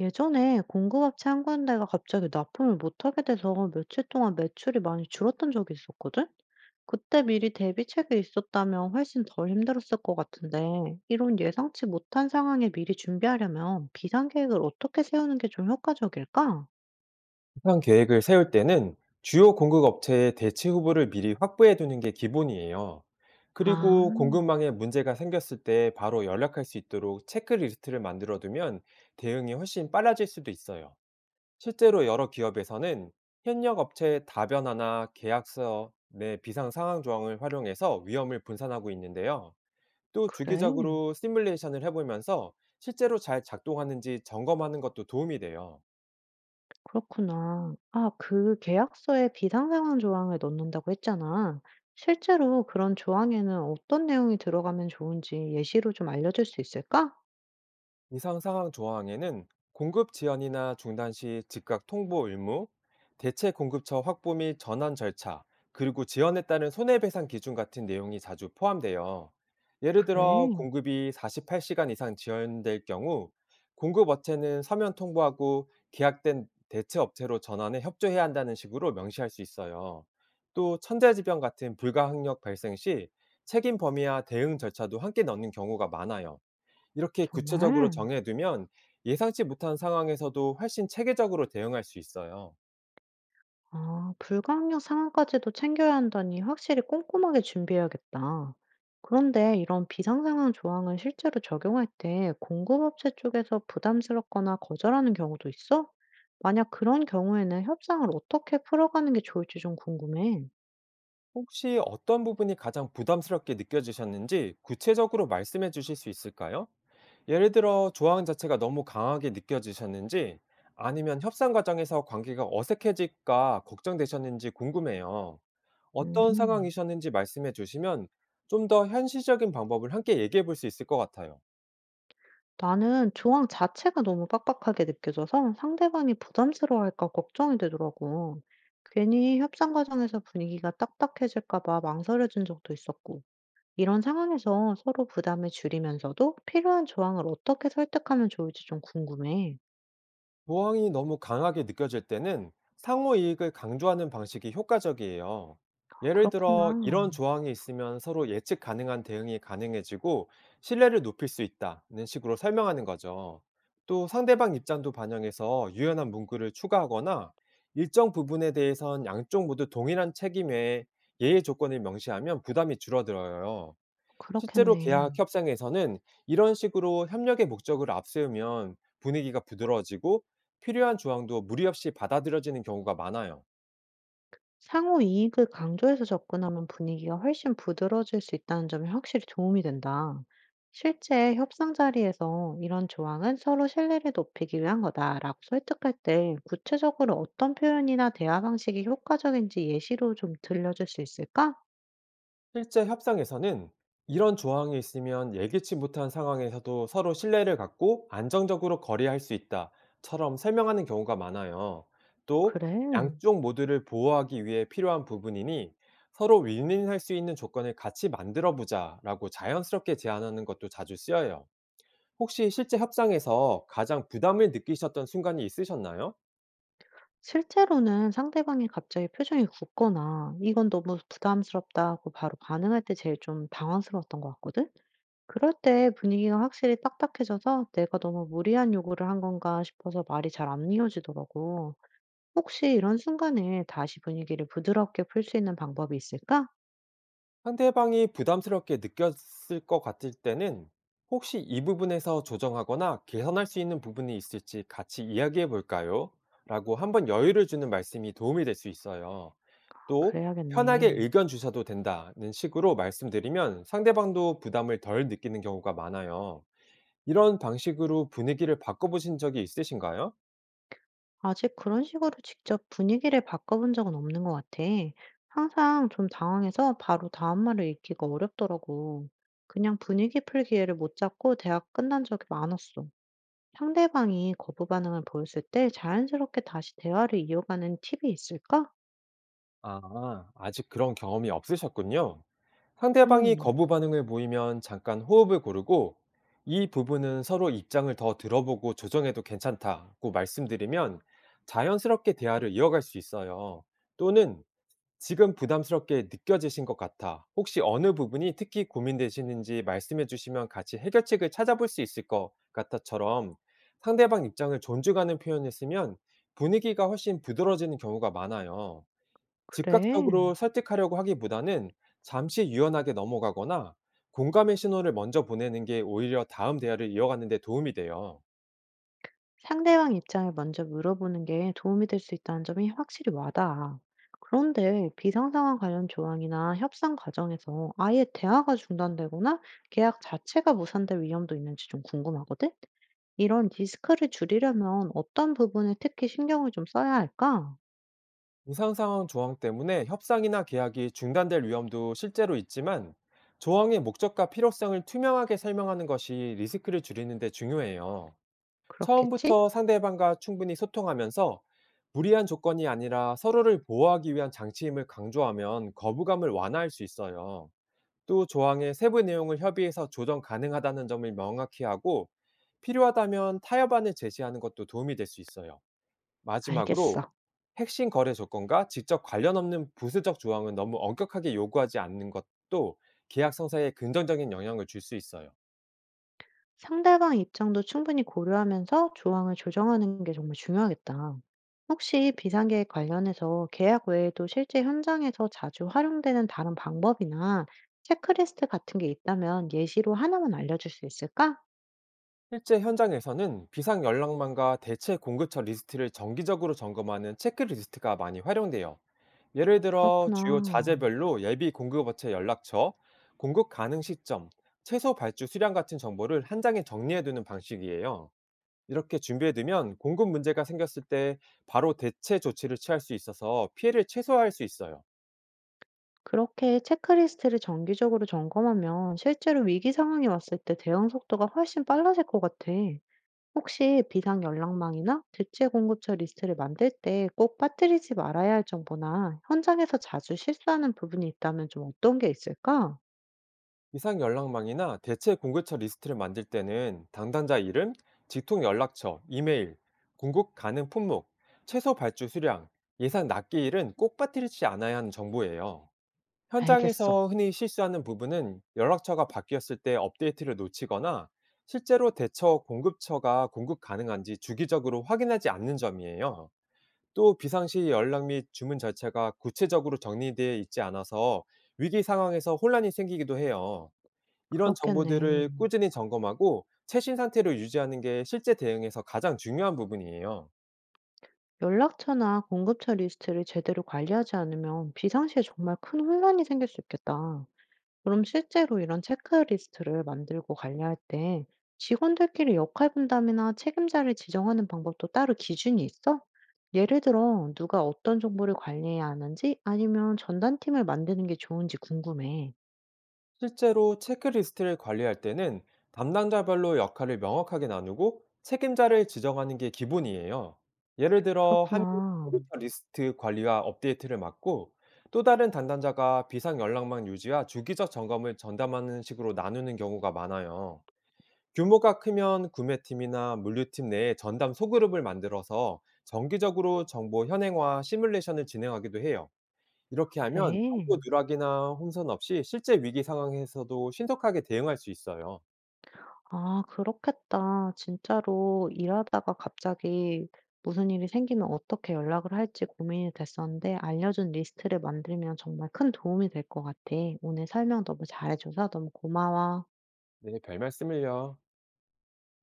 예전에 공급업체 한 군데가 갑자기 납품을 못하게 돼서 며칠 동안 매출이 많이 줄었던 적이 있었거든? 그때 미리 대비책이 있었다면 훨씬 덜 힘들었을 것 같은데, 이런 예상치 못한 상황에 미리 준비하려면 비상계획을 어떻게 세우는 게 좀 효과적일까? 수상 계획을 세울 때는 주요 공급 업체의 대체 후보를 미리 확보해 두는 게 기본이에요. 아, 그리고 공급망에 문제가 생겼을 때 바로 연락할 수 있도록 체크리스트를 만들어 두면 대응이 훨씬 빨라질 수도 있어요. 실제로 여러 기업에서는 현역 업체의 다변화나 계약서 내 비상 상황 조항을 활용해서 위험을 분산하고 있는데요. 또 그래. 주기적으로 시뮬레이션을 해보면서 실제로 잘 작동하는지 점검하는 것도 도움이 돼요. 그렇구나. 아, 그 계약서에 비상상황 조항을 넣는다고 했잖아. 실제로 그런 조항에는 어떤 내용이 들어가면 좋은지 예시로 좀 알려줄 수 있을까? 이상 상황 조항에는 공급 지연이나 중단 시 즉각 통보 의무, 대체 공급처 확보 및 전환 절차, 그리고 지연에 따른 손해배상 기준 같은 내용이 자주 포함돼요. 예를 들어 그래. 공급이 48시간 이상 지연될 경우 공급 업체는 서면 통보하고 계약된 대체 업체로 전환에 협조해야 한다는 식으로 명시할 수 있어요. 또 천재지변 같은 불가항력 발생 시 책임 범위와 대응 절차도 함께 넣는 경우가 많아요. 이렇게 구체적으로 정말? 정해두면 예상치 못한 상황에서도 훨씬 체계적으로 대응할 수 있어요. 아, 불가항력 상황까지도 챙겨야 한다니 확실히 꼼꼼하게 준비해야겠다. 그런데 이런 비상상황 조항을 실제로 적용할 때 공급업체 쪽에서 부담스럽거나 거절하는 경우도 있어? 만약 그런 경우에는 협상을 어떻게 풀어가는 게 좋을지 좀 궁금해. 혹시 어떤 부분이 가장 부담스럽게 느껴지셨는지 구체적으로 말씀해 주실 수 있을까요? 예를 들어 조항 자체가 너무 강하게 느껴지셨는지, 아니면 협상 과정에서 관계가 어색해질까 걱정되셨는지 궁금해요. 어떤 음, 상황이셨는지 말씀해 주시면 좀 더 현실적인 방법을 함께 얘기해 볼 수 있을 것 같아요. 나는 조항 자체가 너무 빡빡하게 느껴져서 상대방이 부담스러워할까 걱정이 되더라고. 괜히 협상 과정에서 분위기가 딱딱해질까 봐 망설여진 적도 있었고. 이런 상황에서 서로 부담을 줄이면서도 필요한 조항을 어떻게 설득하면 좋을지 좀 궁금해. 모항이 너무 강하게 느껴질 때는 상호 이익을 강조하는 방식이 효과적이에요. 예를 들어, 이런 그렇구나. 조항이 있으면 서로 예측 가능한 대응이 가능해지고 신뢰를 높일 수 있다는 식으로 설명하는 거죠. 또 상대방 입장도 반영해서 유연한 문구를 추가하거나, 일정 부분에 대해선 양쪽 모두 동일한 책임의 예외 조건을 명시하면 부담이 줄어들어요. 실제로 계약 그렇겠네. 협상에서는 이런 식으로 협력의 목적을 앞세우면 분위기가 부드러워지고 필요한 조항도 무리 없이 받아들여지는 경우가 많아요. 상호 이익을 강조해서 접근하면 분위기가 훨씬 부드러워질 수 있다는 점이 확실히 도움이 된다. 실제 협상 자리에서 이런 조항은 서로 신뢰를 높이기 위한 거다라고 설득할 때 구체적으로 어떤 표현이나 대화 방식이 효과적인지 예시로 좀 들려줄 수 있을까? 실제 협상에서는 이런 조항이 있으면 예기치 못한 상황에서도 서로 신뢰를 갖고 안정적으로 거래할 수 있다처럼 설명하는 경우가 많아요. 또 그래. 양쪽 모두를 보호하기 위해 필요한 부분이니 서로 윈윈할 수 있는 조건을 같이 만들어 보자라고 자연스럽게 제안하는 것도 자주 쓰여요. 혹시 실제 협상에서 가장 부담을 느끼셨던 순간이 있으셨나요? 실제로는 상대방이 갑자기 표정이 굳거나 "이건 너무 부담스럽다." 고 바로 반응할 때 제일 좀 당황스러웠던 것 같거든? 그럴 때 분위기가 확실히 딱딱해져서 '내가 너무 무리한 요구를 한 건가?' 싶어서 말이 잘 안 이어지더라고. 혹시 이런 순간에 다시 분위기를 부드럽게 풀 수 있는 방법이 있을까? 상대방이 부담스럽게 느꼈을 것 같을 때는 혹시 이 부분에서 조정하거나 개선할 수 있는 부분이 있을지 같이 이야기해 볼까요? 라고 한번 여유를 주는 말씀이 도움이 될 수 있어요. 또 편하게 그래야겠네. 의견 주셔도 된다는 식으로 말씀드리면 상대방도 부담을 덜 느끼는 경우가 많아요. 이런 방식으로 분위기를 바꿔보신 적이 있으신가요? 아직 그런 식으로 직접 분위기를 바꿔본 적은 없는 것 같아. 항상 좀 당황해서 바로 다음 말을 읽기가 어렵더라고. 그냥 분위기 풀 기회를 못 잡고 대학 끝난 적이 많았어. 상대방이 거부 반응을 보였을 때 자연스럽게 다시 대화를 이어가는 팁이 있을까? 아, 아직 그런 경험이 없으셨군요. 상대방이 음, 거부 반응을 보이면 잠깐 호흡을 고르고 이 부분은 서로 입장을 더 들어보고 조정해도 괜찮다고 말씀드리면 자연스럽게 대화를 이어갈 수 있어요. 또는 지금 부담스럽게 느껴지신 것 같아. 혹시 어느 부분이 특히 고민되시는지 말씀해 주시면 같이 해결책을 찾아볼 수 있을 것 같아처럼 상대방 입장을 존중하는 표현을 쓰면 분위기가 훨씬 부드러워지는 경우가 많아요. 그래. 즉각적으로 설득하려고 하기보다는 잠시 유연하게 넘어가거나 공감의 신호를 먼저 보내는 게 오히려 다음 대화를 이어가는 데 도움이 돼요. 상대방 입장을 먼저 물어보는 게 도움이 될 수 있다는 점이 확실히 와닿아. 그런데 비상상황 관련 조항이나 협상 과정에서 아예 대화가 중단되거나 계약 자체가 무산될 위험도 있는지 좀 궁금하거든? 이런 리스크를 줄이려면 어떤 부분에 특히 신경을 좀 써야 할까? 이상 상황 조항 때문에 협상이나 계약이 중단될 위험도 실제로 있지만 조항의 목적과 필요성을 투명하게 설명하는 것이 리스크를 줄이는 데 중요해요. 그렇겠지? 처음부터 상대방과 충분히 소통하면서 무리한 조건이 아니라 서로를 보호하기 위한 장치임을 강조하면 거부감을 완화할 수 있어요. 또 조항의 세부 내용을 협의해서 조정 가능하다는 점을 명확히 하고, 필요하다면 타협안을 제시하는 것도 도움이 될 수 있어요. 마지막으로 알겠어. 핵심 거래 조건과 직접 관련 없는 부수적 조항은 너무 엄격하게 요구하지 않는 것도 계약 성사에 긍정적인 영향을 줄 수 있어요. 상대방 입장도 충분히 고려하면서 조항을 조정하는 게 정말 중요하겠다. 혹시 비상계획 관련해서 계약 외에도 실제 현장에서 자주 활용되는 다른 방법이나 체크리스트 같은 게 있다면 예시로 하나만 알려줄 수 있을까? 실제 현장에서는 비상 연락망과 대체 공급처 리스트를 정기적으로 점검하는 체크리스트가 많이 활용돼요. 예를 들어 주요 그렇구나. 자재별로 예비 공급업체 연락처, 공급 가능 시점, 최소 발주 수량 같은 정보를 한 장에 정리해두는 방식이에요. 이렇게 준비해두면 공급 문제가 생겼을 때 바로 대체 조치를 취할 수 있어서 피해를 최소화할 수 있어요. 그렇게 체크리스트를 정기적으로 점검하면 실제로 위기 상황이 왔을 때 대응 속도가 훨씬 빨라질 것 같아. 혹시 비상 연락망이나 대체 공급처 리스트를 만들 때 꼭 빠뜨리지 말아야 할 정보나 현장에서 자주 실수하는 부분이 있다면 좀 어떤 게 있을까? 이상 연락망이나 대체 공급처 리스트를 만들 때는 담당자 이름, 직통 연락처, 이메일, 공급 가능 품목, 최소 발주 수량, 예상 납기일은 꼭 빠뜨리지 않아야 하는 정보예요. 알겠어. 현장에서 흔히 실수하는 부분은 연락처가 바뀌었을 때 업데이트를 놓치거나, 실제로 대처 공급처가 공급 가능한지 주기적으로 확인하지 않는 점이에요. 또 비상시 연락 및 주문 절차가 구체적으로 정리되어 있지 않아서 위기 상황에서 혼란이 생기기도 해요. 이런 그렇겠네. 정보들을 꾸준히 점검하고 최신 상태로 유지하는 게 실제 대응에서 가장 중요한 부분이에요. 연락처나 공급처 리스트를 제대로 관리하지 않으면 비상시에 정말 큰 혼란이 생길 수 있겠다. 그럼 실제로 이런 체크리스트를 만들고 관리할 때 직원들끼리 역할 분담이나 책임자를 지정하는 방법도 따로 기준이 있어? 예를 들어, 누가 어떤 정보를 관리해야 하는지 아니면 전담팀을 만드는 게 좋은지 궁금해. 실제로 체크리스트를 관리할 때는 담당자별로 역할을 명확하게 나누고 책임자를 지정하는 게 기본이에요. 예를 들어, 한 명이 그렇구나. 공급처 리스트 관리와 업데이트를 맡고, 또 다른 담당자가 비상 연락망 유지와 주기적 점검을 전담하는 식으로 나누는 경우가 많아요. 규모가 크면 구매팀이나 물류팀 내에 전담 소그룹을 만들어서 정기적으로 정보 현행화 시뮬레이션을 진행하기도 해요. 이렇게 하면 그래. 정보 누락이나 혼선 없이 실제 위기 상황에서도 신속하게 대응할 수 있어요. 아, 그렇겠다. 진짜로 일하다가 갑자기 무슨 일이 생기면 어떻게 연락을 할지 고민이 됐었는데 알려준 리스트를 만들면 정말 큰 도움이 될 것 같아. 오늘 설명 너무 잘해줘서 너무 고마워. 네, 별 말씀을요.